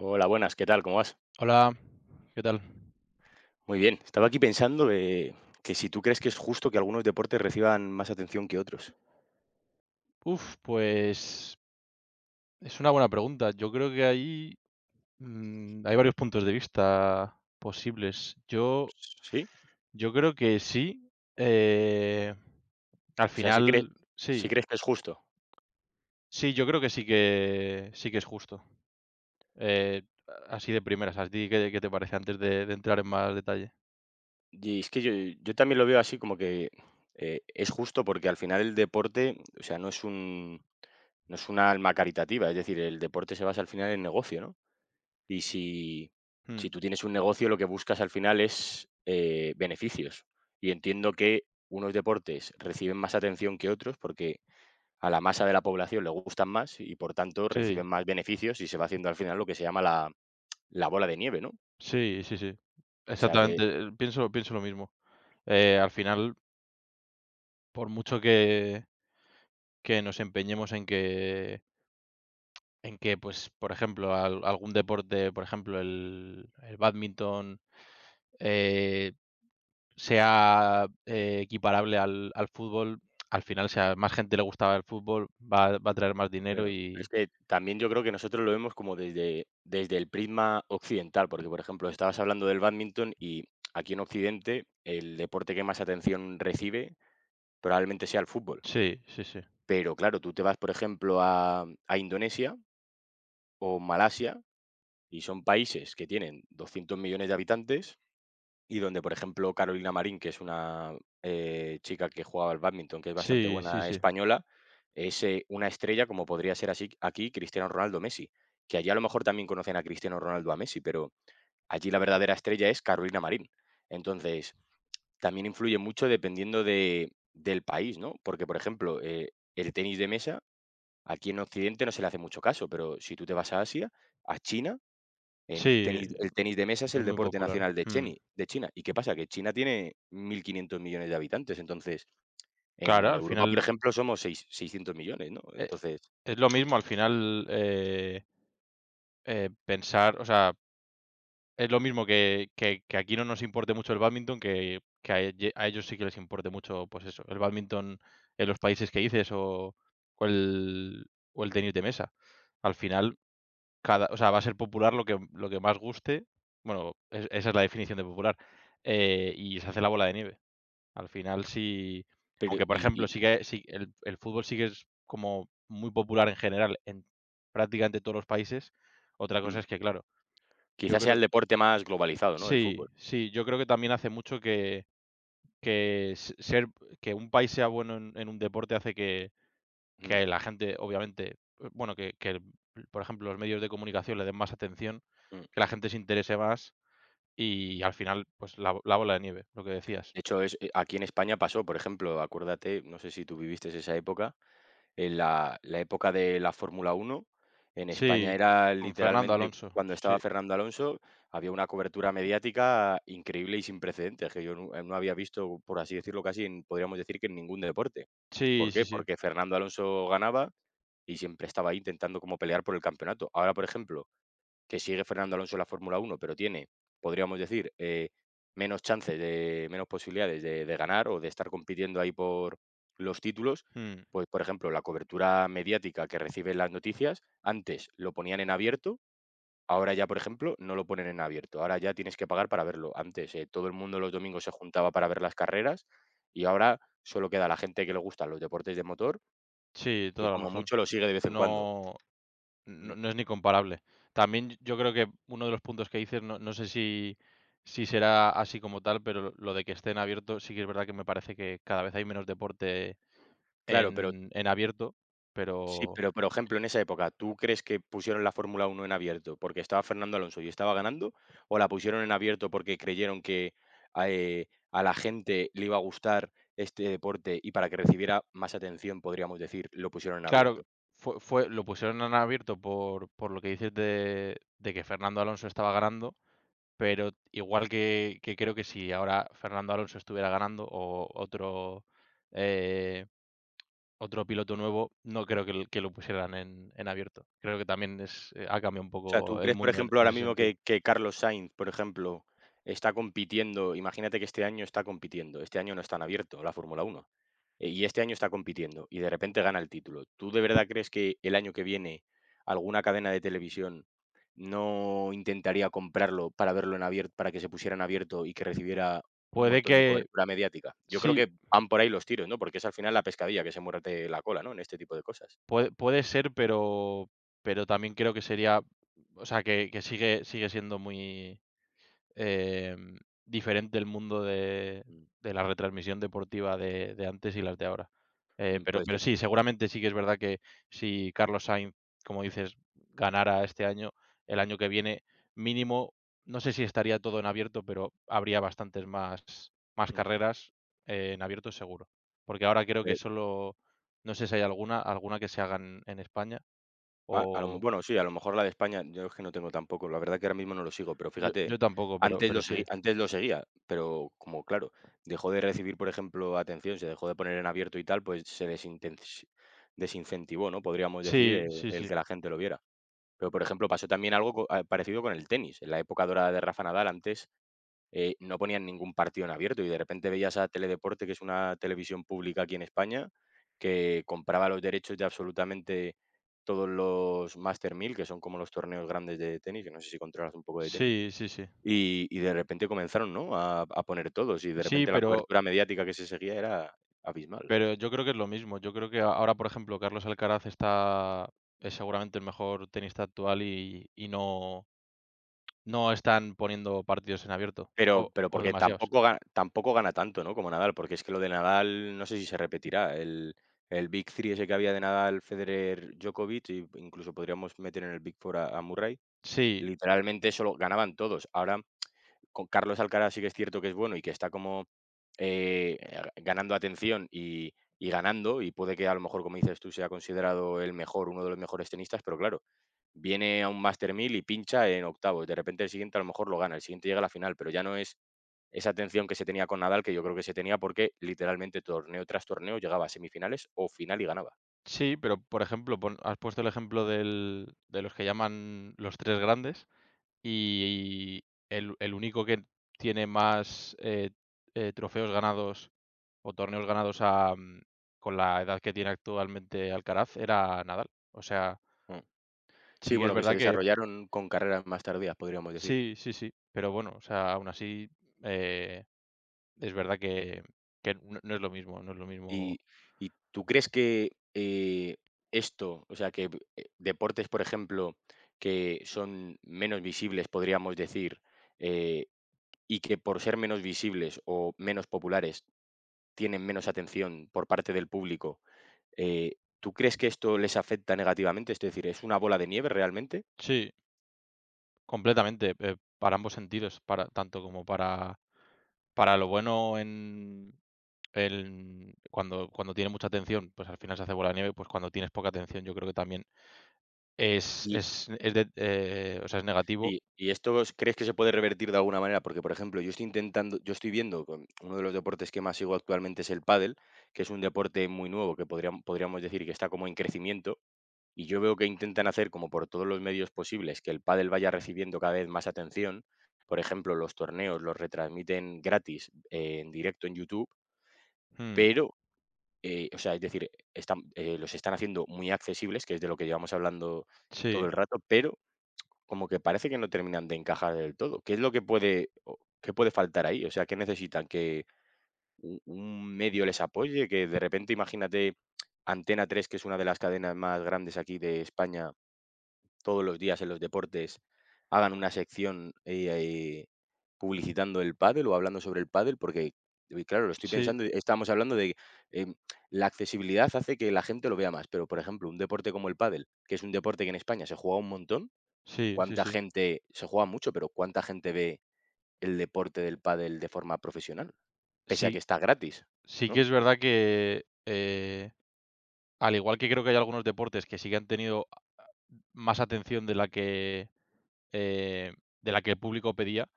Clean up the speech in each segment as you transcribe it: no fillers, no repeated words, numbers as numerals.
Hola, buenas, ¿qué tal? ¿Cómo vas? Hola, ¿qué tal? Muy bien. Estaba aquí pensando que si tú crees que es justo que algunos deportes reciban más atención que otros. Uf, pues es una buena pregunta. Yo creo que ahí hay varios puntos de vista posibles. Yo, ¿Sí? yo creo que sí. eh, Al O sea, final, si sí. crees que es justo. Sí, yo creo que sí que sí que es justo. Eh, Así de primeras, ¿a ti qué te parece antes de entrar en más detalle? Y es que yo también lo veo así como que es justo porque al final el deporte, o sea, no es una alma caritativa, es decir, el deporte se basa al final en negocio, ¿no? Y si, si Mm, tú tienes un negocio, lo que buscas al final es beneficios. Y entiendo que unos deportes reciben más atención que otros porque a la masa de la población le gustan más y por tanto reciben sí, más beneficios y se va haciendo al final lo que se llama la bola de nieve, ¿no? sí, sí, sí. O sea, Exactamente. de, Pienso lo mismo. Al final, por mucho que nos empeñemos en que, pues, por ejemplo, al algún deporte, por ejemplo, el bádminton, eh, sea, equiparable al fútbol. Al final, si a más gente le gusta el fútbol, va a traer más dinero claro, es y que también yo creo que nosotros lo vemos como desde el prisma occidental, porque por ejemplo, estabas hablando del bádminton y aquí en Occidente el deporte que más atención recibe probablemente sea el fútbol. sí, sí, sí. Pero claro, tú te vas, por ejemplo, a Indonesia o Malasia, y son países que tienen 200 millones de habitantes. Y donde, por ejemplo, Carolina Marín, que es una chica que jugaba al bádminton, que es bastante Sí, sí, buena sí. española, es, una estrella como podría ser así aquí Cristiano Ronaldo, Messi, que allí a lo mejor también conocen a Cristiano Ronaldo, a Messi, pero allí la verdadera estrella es Carolina Marín. Entonces, también influye mucho dependiendo de del país, ¿no? Porque, por ejemplo, el tenis de mesa aquí en Occidente no se le hace mucho caso, pero si tú te vas a Asia, a China, en Sí, tenis, el tenis de mesa es es el muy deporte popular. nacional de Mm. De China. ¿Y qué pasa? Que China tiene 1.500 millones de habitantes. Entonces, Claro, en al Europa, por final, ejemplo, somos 600 millones, ¿no? eh, Entonces, es lo mismo, al final, pensar, o sea, es lo mismo que, que aquí no nos importe mucho el bádminton, que a, a ellos sí que les importe mucho, pues eso, el bádminton en los países que dices o el, o el tenis de mesa. Al final, o sea, va a ser popular lo que más guste. Bueno, esa es la definición de popular. Y se hace la bola de nieve. Al final, sí. pero Aunque, por y, ejemplo, y, sí que sí, el fútbol sí que es como muy popular en general en prácticamente todos los países. Otra cosa mm, es que, claro, yo quizás sea el creo, deporte más globalizado, ¿no? El sí, fútbol. sí, yo creo que también hace mucho que se ser que un país sea bueno en un deporte hace que Mm, que la gente, obviamente, bueno, por ejemplo, los medios de comunicación le den más atención, mm. que la gente se interese más y al final, pues la bola de nieve, lo que decías. De hecho, aquí en España pasó, por ejemplo. Acuérdate, no sé si tú viviste esa época. En la época de la Fórmula Uno en España Sí, era con Fernando literalmente Alonso, cuando estaba sí. Fernando Alonso, había una cobertura mediática increíble y sin precedentes, que yo no había visto, por así decirlo, casi en podríamos decir que en ningún deporte. Sí, ¿Por sí, qué? sí. Porque Fernando Alonso ganaba y siempre estaba ahí intentando como pelear por el campeonato. Ahora, por ejemplo, que sigue Fernando Alonso en la Fórmula Uno, pero tiene, podríamos decir, menos chances, menos posibilidades de ganar o de estar compitiendo ahí por los títulos, Mm, pues por ejemplo, la cobertura mediática que reciben las noticias, antes lo ponían en abierto, ahora ya, por ejemplo, no lo ponen en abierto, ahora ya tienes que pagar para verlo. Antes todo el mundo los domingos se juntaba para ver las carreras, y ahora solo queda la gente que le gustan los deportes de motor, sí, que toda la como razón. mucho lo sigue de vez en cuando. No Mm. No, no es ni comparable. También yo creo que uno de los puntos que dices, no, no sé si será así como tal, pero lo de que estén abiertos, sí que es verdad que me parece que cada vez hay menos deporte Claro, pero en abierto, sí, pero pero, por ejemplo, en esa época, ¿tú crees que pusieron la Fórmula Uno en abierto porque estaba Fernando Alonso y estaba ganando? ¿O la pusieron en abierto porque creyeron que a la gente le iba a gustar este deporte y para que recibiera más atención, podríamos decir, lo pusieron en claro, abierto? fue, lo pusieron en abierto por lo que dices de que Fernando Alonso estaba ganando, pero igual que creo que si ahora Fernando Alonso estuviera ganando o otro eh, otro piloto nuevo, no creo que lo pusieran en abierto. Creo que también ha cambiado un O sea, ¿tú poco el crees, por mundo en ejemplo, ahora ese mismo sentido. que Carlos Sainz, por ejemplo, está compitiendo? Imagínate que este año está compitiendo, este año no está en abierto la Fórmula Uno, y este año está compitiendo y de repente gana el título. ¿Tú de verdad crees que el año que viene alguna cadena de televisión no intentaría comprarlo para verlo en abierto, para que se pusiera en abierto y que recibiera un Puede montón de que, cobertura mediática? Yo creo sí, que van por ahí los tiros, ¿no? Porque es al final la pescadilla que se muerde la cola, ¿no? En este tipo de cosas. puede ser, pero también creo que sería, o sea, que sigue siendo muy, em, diferente el mundo de, Mm, de la retransmisión deportiva de antes y las de ahora. Eh, mm, pero, puede pero ser. sí, seguramente sí que es verdad que si Carlos Sainz, como dices, ganara este año, el año que viene, mínimo, no sé si estaría todo en abierto, pero habría bastantes más Mm. carreras en abierto seguro. Porque ahora creo que solo, no sé si hay alguna que se hagan en España Ah, a lo me o bueno, sí, a lo mejor la de España, yo es que no tengo tampoco, la verdad que ahora mismo no lo sigo, pero yo, fíjate, ¿eh? yo tampoco, pero, pero sí. Antes lo seguía, pero como claro, dejó de recibir, por ejemplo, atención, se dejó de poner en abierto y tal, pues se desintensi desincentivó, ¿no? Podríamos decir, Sí, sí, el sí. que la gente lo viera. Pero, por ejemplo, pasó también algo parecido con el tenis. En la época dorada de Rafa Nadal, antes no ponían ningún partido en abierto y de repente veías a Teledeporte, que es una televisión pública aquí en España, que compraba los derechos de absolutamente todos los Master 1000, que son como los torneos grandes de tenis, que no sé si controlas un poco de tenis, Sí, sí, sí. Y de repente comenzaron, ¿no?, a poner todos, y de Sí, repente la pero cobertura mediática que se seguía era abismal. pero yo creo que es lo mismo. Yo creo que ahora, por ejemplo, Carlos Alcaraz está es seguramente el mejor tenista actual y no están poniendo partidos en abierto, Pero o pero o porque demasiados. Tampoco gana tanto, ¿no?, como Nadal, porque es que lo de Nadal no sé si se repetirá, el Big 3 ese que había de Nadal, Federer, Djokovic, y incluso podríamos meter en el Big four a Murray. Sí, Literalmente solo ganaban todos. Ahora, con Carlos Alcaraz sí que es cierto que es bueno y que está como, eh, ganando atención y ganando, y puede que a lo mejor, como dices tú, sea considerado el mejor, uno de los mejores tenistas, pero claro, viene a un Master 1000 y pincha en octavos. De repente el siguiente a lo mejor lo gana, el siguiente llega a la final, pero ya no es esa atención que se tenía con Nadal, que yo creo que se tenía porque literalmente torneo tras torneo llegaba a semifinales o final y ganaba. sí, pero, por ejemplo, pon has puesto el ejemplo del de los que llaman los 3 grandes, y el único que tiene más, trofeos ganados o torneos ganados con la edad que tiene actualmente Alcaraz era Nadal. O sea, Mm. Sí, sí que es bueno, que se verdad que desarrollaron con carreras más tardías, podríamos decir. sí, sí, sí, pero bueno, o sea, aún así, eh, es verdad que no es lo mismo, no es lo ¿Y, mismo. y tú crees que esto, o sea, que deportes, por ejemplo, que son menos visibles, podríamos decir, eh, y que por ser menos visibles o menos populares tienen menos atención por parte del público, eh, ¿tú crees que esto les afecta negativamente? Es decir, ¿es una bola de nieve realmente? Sí, completamente, para ambos sentidos, para tanto como para lo bueno en cuando tiene mucha atención, pues al final se hace bola de nieve, pues cuando tienes poca atención, yo creo que también es Y es es de o sea, es negativo. y esto os crees que se puede revertir de alguna manera, porque, por ejemplo, yo estoy viendo con uno de los deportes que más sigo actualmente es el pádel, que es un deporte muy nuevo que podríamos decir que está como en crecimiento, y yo veo que intentan hacer como por todos los medios posibles que el pádel vaya recibiendo cada vez más atención. Por ejemplo, los torneos los retransmiten gratis en directo en YouTube, Mm, pero, o sea, es decir, los están haciendo muy accesibles, que es de lo que llevamos hablando todo sí, el rato, pero como que parece que no terminan de encajar del todo. ¿Qué es lo que puede, o qué puede faltar ahí? O sea, ¿qué necesitan? ¿Que un medio les apoye? Que de repente, imagínate, Antena Tres, que es una de las cadenas más grandes aquí de España, todos los días en los deportes, hagan una sección eh, publicitando el pádel o hablando sobre el pádel, porque claro, lo estoy sí, pensando, estamos hablando de em, la accesibilidad hace que la gente lo vea más, pero por ejemplo, un deporte como el pádel, que es un deporte que en España se juega un montón, sí, sí, ¿cuánta sí. gente se juega mucho, pero cuánta gente ve el deporte del pádel de forma profesional? Pese a que Sí, está gratis, sí que ¿no? es verdad que. Al igual que creo que hay algunos deportes que sí que han tenido más atención eh, de la que el público pedía,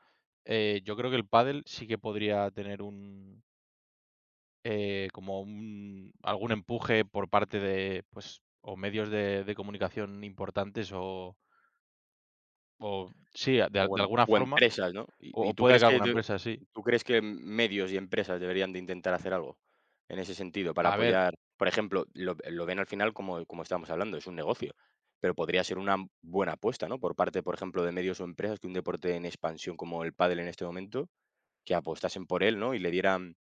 yo creo que el pádel sí que podría tener un, como un algún empuje por parte de, pues, o medios de comunicación importantes o sí, O de alguna o forma, empresas, ¿no? ¿Y o, y o tú pueda crees que que alguna de empresa, sí. tú crees que medios y empresas deberían de intentar hacer algo en ese sentido para A ver, apoyar? Por ejemplo, lo ven al final como como estábamos hablando, es un negocio, pero podría ser una buena apuesta, ¿no? Por parte, por ejemplo, de medios o empresas que un deporte en expansión como el pádel en este momento que apostasen por él, ¿no? Y le dieran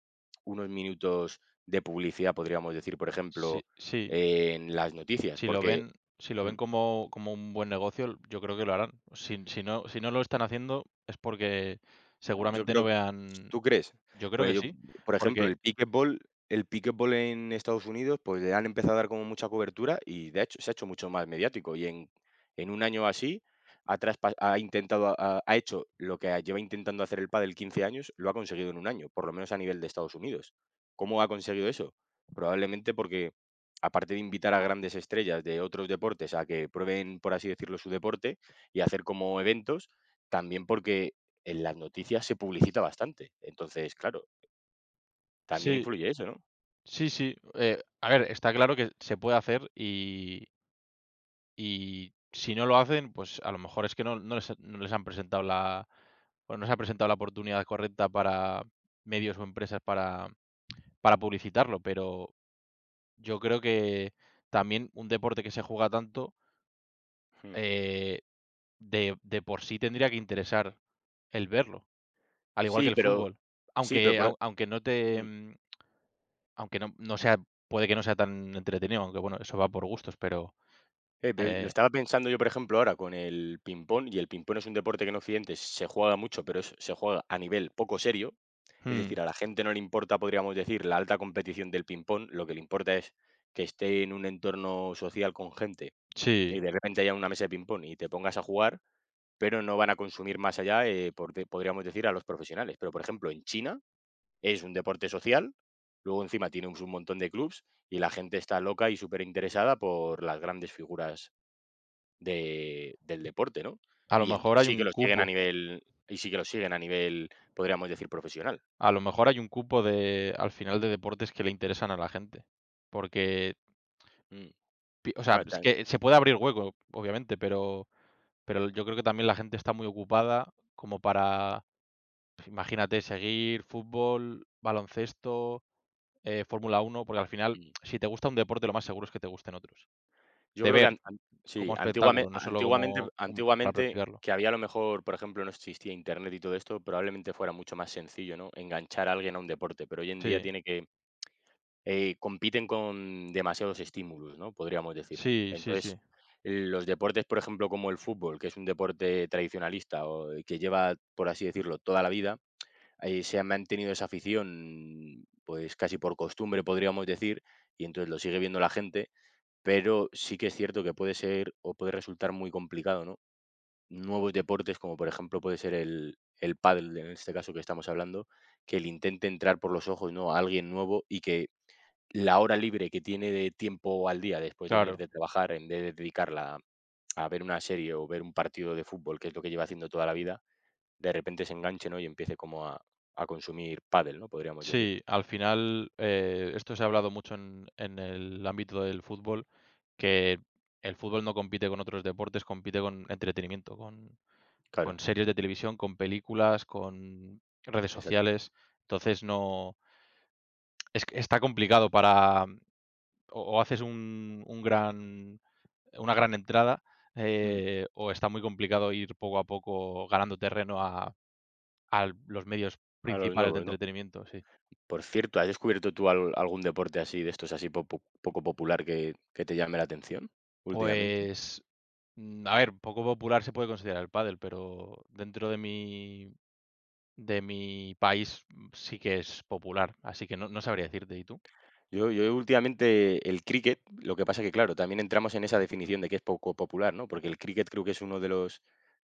unos minutos de publicidad, podríamos decir, por sí, ejemplo, sí. en las noticias, Si lo porque, ven si lo mm, ven como un buen negocio, yo creo que lo harán. Si no si no lo están haciendo es porque yo seguramente no creo. vean ¿Tú crees? yo creo Pues que yo, sí, por ejemplo, porque el Pickleball en Estados Unidos, pues le han empezado a dar como mucha cobertura y de hecho se ha hecho mucho más mediático, y en un año así ha traspa ha intentado ha ha hecho lo que lleva intentando hacer el pádel 15 años, lo ha conseguido en un año, por lo menos a nivel de Estados Unidos. ¿Cómo ha conseguido eso? Probablemente porque, aparte de invitar a grandes estrellas de otros deportes a que prueben, por así decirlo, su deporte y hacer como eventos, también porque en las noticias se publicita bastante. Entonces, claro, también sí, influye eso, ¿no? sí, sí, a ver, está claro que se puede hacer y si no lo hacen, pues a lo mejor es que no les han presentado la o no se ha presentado la oportunidad correcta para medios o empresas para publicitarlo, pero yo creo que también un deporte que se juega tanto, Mm. eh de por sí tendría que interesar el verlo, al igual Sí, que el pero, fútbol. sí, pero Aunque por au aunque no te, mm, mm, aunque no no sea puede que no sea tan entretenido, aunque bueno, eso va por gustos, pero, pero lo eh estaba pensando yo, por ejemplo, ahora con el ping-pong, y el ping-pong es un deporte que en Occidente se juega mucho, pero se juega a nivel poco serio. Es mm, decir, a la gente no le importa, podríamos decir, la alta competición del ping-pong, lo que le importa es que esté en un entorno social con gente y sí, de repente haya una mesa de ping-pong y te pongas a jugar, pero no van a consumir más allá, podríamos decir, a los profesionales. Pero, por ejemplo, en China es un deporte social, luego encima tiene un montón de clubs y la gente está loca y súper interesada por las grandes figuras de, del deporte, ¿no? a lo mejor hay un cupo, Y sí que lo siguen a nivel, podríamos decir, profesional. a lo mejor hay un cupo de al final de deportes que le interesan a la gente, porque Mm. pi o sea, Ahora, es tan- que se puede abrir hueco, obviamente, pero yo creo que también la gente está muy ocupada como para, imagínate, seguir fútbol, baloncesto, Fórmula 1, porque al final, mm. si te gusta un deporte, lo más seguro es que te gusten otros. Yo De creo que ver, an- an- sí, como antiguamente, espectáculo, no solo como para antiguamente practicarlo. que había a lo mejor, por ejemplo, no existía internet y todo esto, probablemente fuera mucho más sencillo, ¿no? Enganchar a alguien a un deporte, pero hoy en día Sí, tiene que compiten con demasiados estímulos, ¿no? Podríamos decir. sí, sí, Entonces, sí, los deportes, por ejemplo, como el fútbol, que es un deporte tradicionalista o que lleva, por así decirlo, toda la vida, se ha mantenido esa afición, pues casi por costumbre, podríamos decir, y entonces lo sigue viendo la gente, pero sí que es cierto que puede ser o puede resultar muy complicado, ¿no? Nuevos deportes, como por ejemplo puede ser el pádel, en este caso que estamos hablando, que le intente entrar por los ojos, ¿no?, a alguien nuevo, y que la hora libre que tiene de tiempo al día después de venir claro. de trabajar, en vez de dedicarla a ver una serie o ver un partido de fútbol, que es lo que lleva haciendo toda la vida, de repente se enganche, ¿no?, y empiece como a consumir pádel, ¿no? Podríamos decir. Sí, al final, esto se ha hablado mucho en el ámbito del fútbol, que el fútbol no compite con otros deportes, compite con entretenimiento, con, Claro, con series de televisión, con películas, con redes exacto. sociales. Entonces, no, es que está complicado o haces un gran una gran entrada Mm, o está muy complicado ir poco a poco ganando terreno a los medios a los principales de nuevos, ¿no? entretenimiento, sí. Por cierto, ¿has descubierto tú algún deporte así, de estos así poco, poco popular, que te llame la atención últimamente? Pues, a ver, poco popular se puede considerar el pádel, pero dentro de mi país sí que es popular, así que no sabría decirte. ¿Y tú? Yo últimamente el cricket, lo que pasa que, claro, también entramos en esa definición de que es poco popular, ¿no? Porque el cricket creo que es uno de los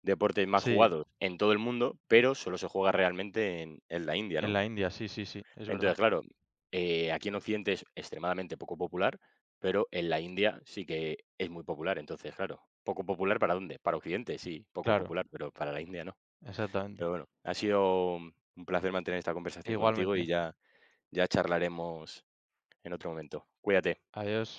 deportes más Sí, jugados en todo el mundo, pero solo se juega realmente en la India, en ¿no? la India, sí, sí, sí, es verdad. Entonces, claro, aquí en Occidente es extremadamente poco popular, pero en la India sí que es muy popular. Entonces, claro, ¿poco popular para dónde? Para Occidente, sí, poco Claro, popular, pero para la India no. exactamente. Pero bueno, ha sido un placer mantener esta conversación contigo y Igualmente. ya, ya charlaremos en otro momento. Cuídate. Adiós.